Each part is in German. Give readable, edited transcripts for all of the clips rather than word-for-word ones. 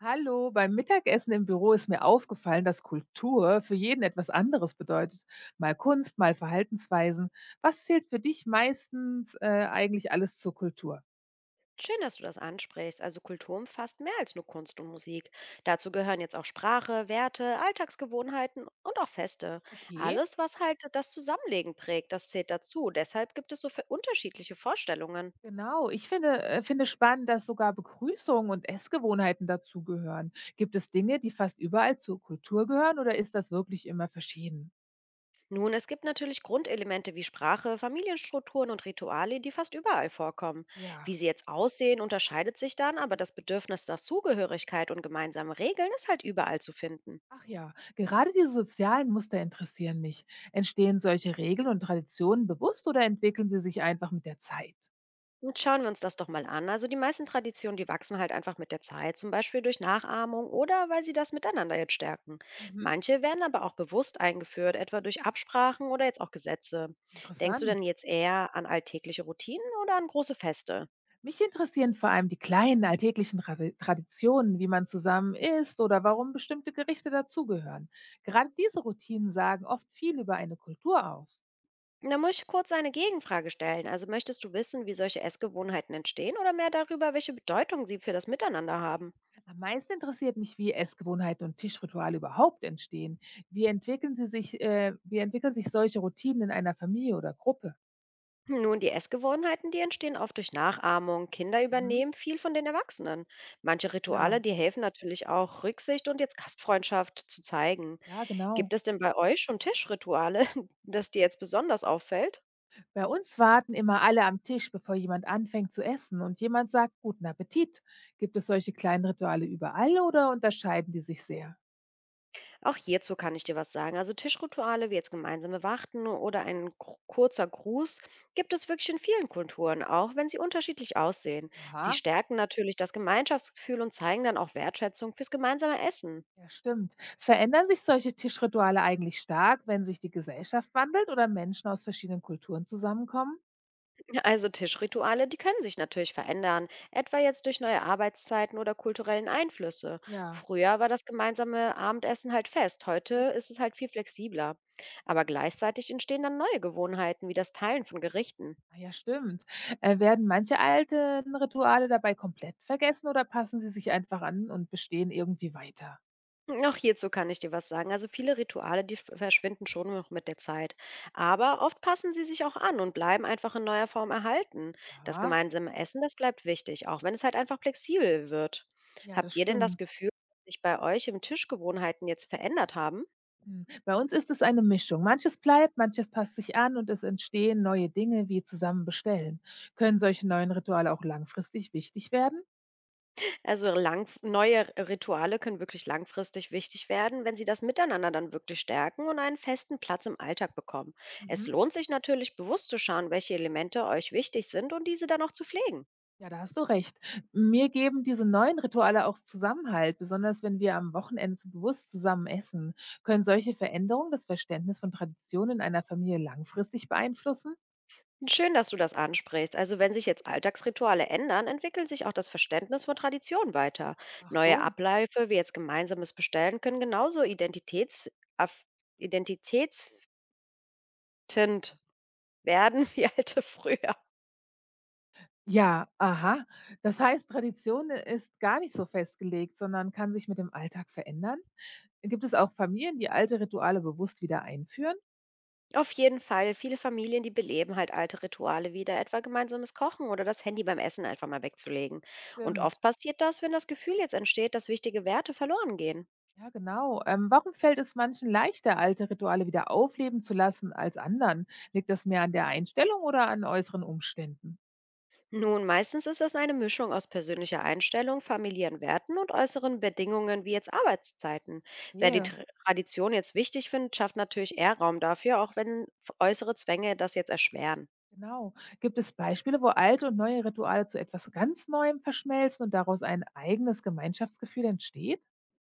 Hallo, beim Mittagessen im Büro ist mir aufgefallen, dass Kultur für jeden etwas anderes bedeutet. Mal Kunst, mal Verhaltensweisen. Was zählt für dich meistens eigentlich alles zur Kultur? Schön, dass du das ansprichst. Also Kultur umfasst mehr als nur Kunst und Musik. Dazu gehören jetzt auch Sprache, Werte, Alltagsgewohnheiten und auch Feste. Okay, Alles, was halt das Zusammenlegen prägt, das zählt dazu. Deshalb gibt es so für unterschiedliche Vorstellungen. genau. Ich finde spannend, dass sogar Begrüßungen und Essgewohnheiten dazugehören. Gibt es Dinge, die fast überall zur Kultur gehören oder ist das wirklich immer verschieden? Nun, es gibt natürlich Grundelemente wie Sprache, Familienstrukturen und Rituale, die fast überall vorkommen. Wie Ja. sie jetzt aussehen, unterscheidet sich dann, aber das Bedürfnis nach Zugehörigkeit und gemeinsamen Regeln ist halt überall zu finden. Ach ja, gerade die sozialen Muster interessieren mich. Entstehen solche Regeln und Traditionen bewusst oder entwickeln sie sich einfach mit der Zeit? Und schauen wir uns das doch mal an. Also die meisten Traditionen, die wachsen halt einfach mit der Zeit, zum Beispiel durch Nachahmung oder weil sie das miteinander jetzt stärken. Mhm. Manche werden aber auch bewusst eingeführt, etwa durch Absprachen oder jetzt auch Gesetze. Denkst du denn Interessant. jetzt eher an alltägliche Routinen oder an große Feste? Mich interessieren vor allem die kleinen alltäglichen Traditionen, wie man zusammen isst oder warum bestimmte Gerichte dazugehören. Gerade diese Routinen sagen oft viel über eine Kultur aus. Da muss ich kurz eine Gegenfrage stellen. Also möchtest du wissen, wie solche Essgewohnheiten entstehen oder mehr darüber, welche Bedeutung sie für das Miteinander haben? Am meisten interessiert mich, wie Essgewohnheiten und Tischrituale überhaupt entstehen. Wie entwickeln wie entwickeln sich solche Routinen in einer Familie oder Gruppe? Nun, die Essgewohnheiten, die entstehen oft durch Nachahmung. Kinder Mhm. übernehmen viel von den Erwachsenen. Manche Ja, Rituale, die helfen natürlich auch, Rücksicht und jetzt Gastfreundschaft zu zeigen. ja, Gibt genau. es denn bei euch schon Tischrituale, das dir jetzt besonders auffällt? Bei uns warten immer alle am Tisch, bevor jemand anfängt zu essen und jemand sagt guten Appetit. Gibt es solche kleinen Rituale überall oder unterscheiden die sich sehr? Auch hierzu kann ich dir was sagen. Also Tischrituale wie jetzt gemeinsame Warten oder ein kurzer Gruß gibt es wirklich in vielen Kulturen, auch wenn sie unterschiedlich aussehen. Sie Aha, stärken natürlich das Gemeinschaftsgefühl und zeigen dann auch Wertschätzung fürs gemeinsame Essen. ja, stimmt. Verändern sich solche Tischrituale eigentlich stark, wenn sich die Gesellschaft wandelt oder Menschen aus verschiedenen Kulturen zusammenkommen? Ja, also Tischrituale, die können sich natürlich verändern, etwa jetzt durch neue Arbeitszeiten oder kulturellen Einflüsse. Ja. Früher war das gemeinsame Abendessen halt fest, heute ist es halt viel flexibler. Aber gleichzeitig entstehen dann neue Gewohnheiten, wie das Teilen von Gerichten. Ah ja, stimmt. Werden manche alten Rituale dabei komplett vergessen oder passen sie sich einfach an und bestehen irgendwie weiter? Auch hierzu kann ich dir was sagen. Also viele Rituale, die verschwinden schon noch mit der Zeit. Aber oft passen sie sich auch an und bleiben einfach in neuer Form erhalten. Das Aha, gemeinsame Essen, das bleibt wichtig, auch wenn es halt einfach flexibel wird. ja, das Habt ihr denn das stimmt. Gefühl, dass sich bei euch im Tischgewohnheiten jetzt verändert haben? Hm, bei uns ist es eine Mischung. Manches bleibt, manches passt sich an und es entstehen neue Dinge wie zusammen bestellen. Können solche neuen Rituale auch langfristig wichtig werden? Neue Rituale können wirklich langfristig wichtig werden, wenn sie das miteinander dann wirklich stärken und einen festen Platz im Alltag bekommen. Es Mhm. lohnt sich natürlich bewusst zu schauen, welche Elemente euch wichtig sind und diese dann auch zu pflegen. Ja, da hast du recht. Mir geben diese neuen Rituale auch Zusammenhalt, besonders wenn wir am Wochenende so bewusst zusammen essen. Können solche Veränderungen das Verständnis von Traditionen in einer Familie langfristig beeinflussen? Schön, dass du das ansprichst. Also wenn sich jetzt Alltagsrituale ändern, entwickelt sich auch das Verständnis von Tradition weiter. Ach Neue so. Abläufe, wie jetzt gemeinsames Bestellen, können genauso aff- identitätsstiftend werden wie alte früher. Ja, aha. Das heißt, Tradition ist gar nicht so festgelegt, sondern kann sich mit dem Alltag verändern? Gibt es auch Familien, die alte Rituale bewusst wieder einführen? Auf jeden Fall, viele Familien, die beleben halt alte Rituale wieder, etwa gemeinsames Kochen oder das Handy beim Essen einfach mal wegzulegen. Und oft Stimmt. passiert das, wenn das Gefühl jetzt entsteht, dass wichtige Werte verloren gehen. Ja, genau. Warum fällt es manchen leichter, alte Rituale wieder aufleben zu lassen als anderen? Liegt das mehr an der Einstellung oder an äußeren Umständen? Nun, meistens ist das eine Mischung aus persönlicher Einstellung, familiären Werten und äußeren Bedingungen wie jetzt Arbeitszeiten. Wer die Verstehe. Tradition jetzt wichtig findet, schafft natürlich eher Raum dafür, auch wenn äußere Zwänge das jetzt erschweren. Genau. Gibt es Beispiele, wo alte und neue Rituale zu etwas ganz Neuem verschmelzen und daraus ein eigenes Gemeinschaftsgefühl entsteht?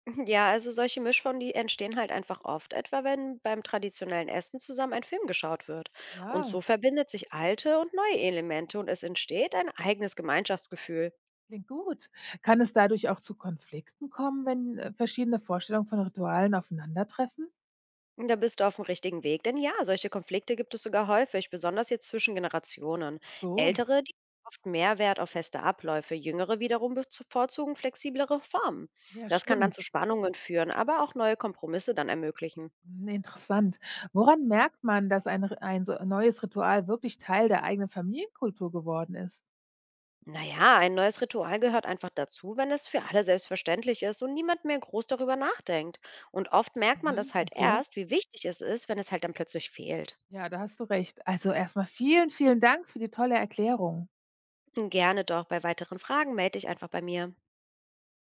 Ja, also solche Mischformen, die entstehen halt einfach oft, etwa wenn beim traditionellen Essen zusammen ein Film geschaut wird. Und so Ja, verbindet sich alte und neue Elemente und es entsteht ein eigenes Gemeinschaftsgefühl. klingt gut. Kann es dadurch auch zu Konflikten kommen, wenn verschiedene Vorstellungen von Ritualen aufeinandertreffen? Da bist du auf dem richtigen Weg. Denn ja, solche Konflikte gibt es sogar häufig, besonders jetzt zwischen Generationen. Ach so. Ältere, die legen oft mehr Wert auf feste Abläufe, jüngere wiederum bevorzugen flexiblere Formen. Ja, Das kann dann zu stimmt. Spannungen führen, aber auch neue Kompromisse dann ermöglichen. Hm, interessant. Woran merkt man, dass ein so neues Ritual wirklich Teil der eigenen Familienkultur geworden ist? Naja, ein neues Ritual gehört einfach dazu, wenn es für alle selbstverständlich ist und niemand mehr groß darüber nachdenkt. Und oft merkt man das Mhm, halt okay. erst, wie wichtig es ist, wenn es halt dann plötzlich fehlt. Ja, da hast du recht. Also erstmal vielen, vielen Dank für die tolle Erklärung. Gerne doch, bei weiteren Fragen melde dich einfach bei mir.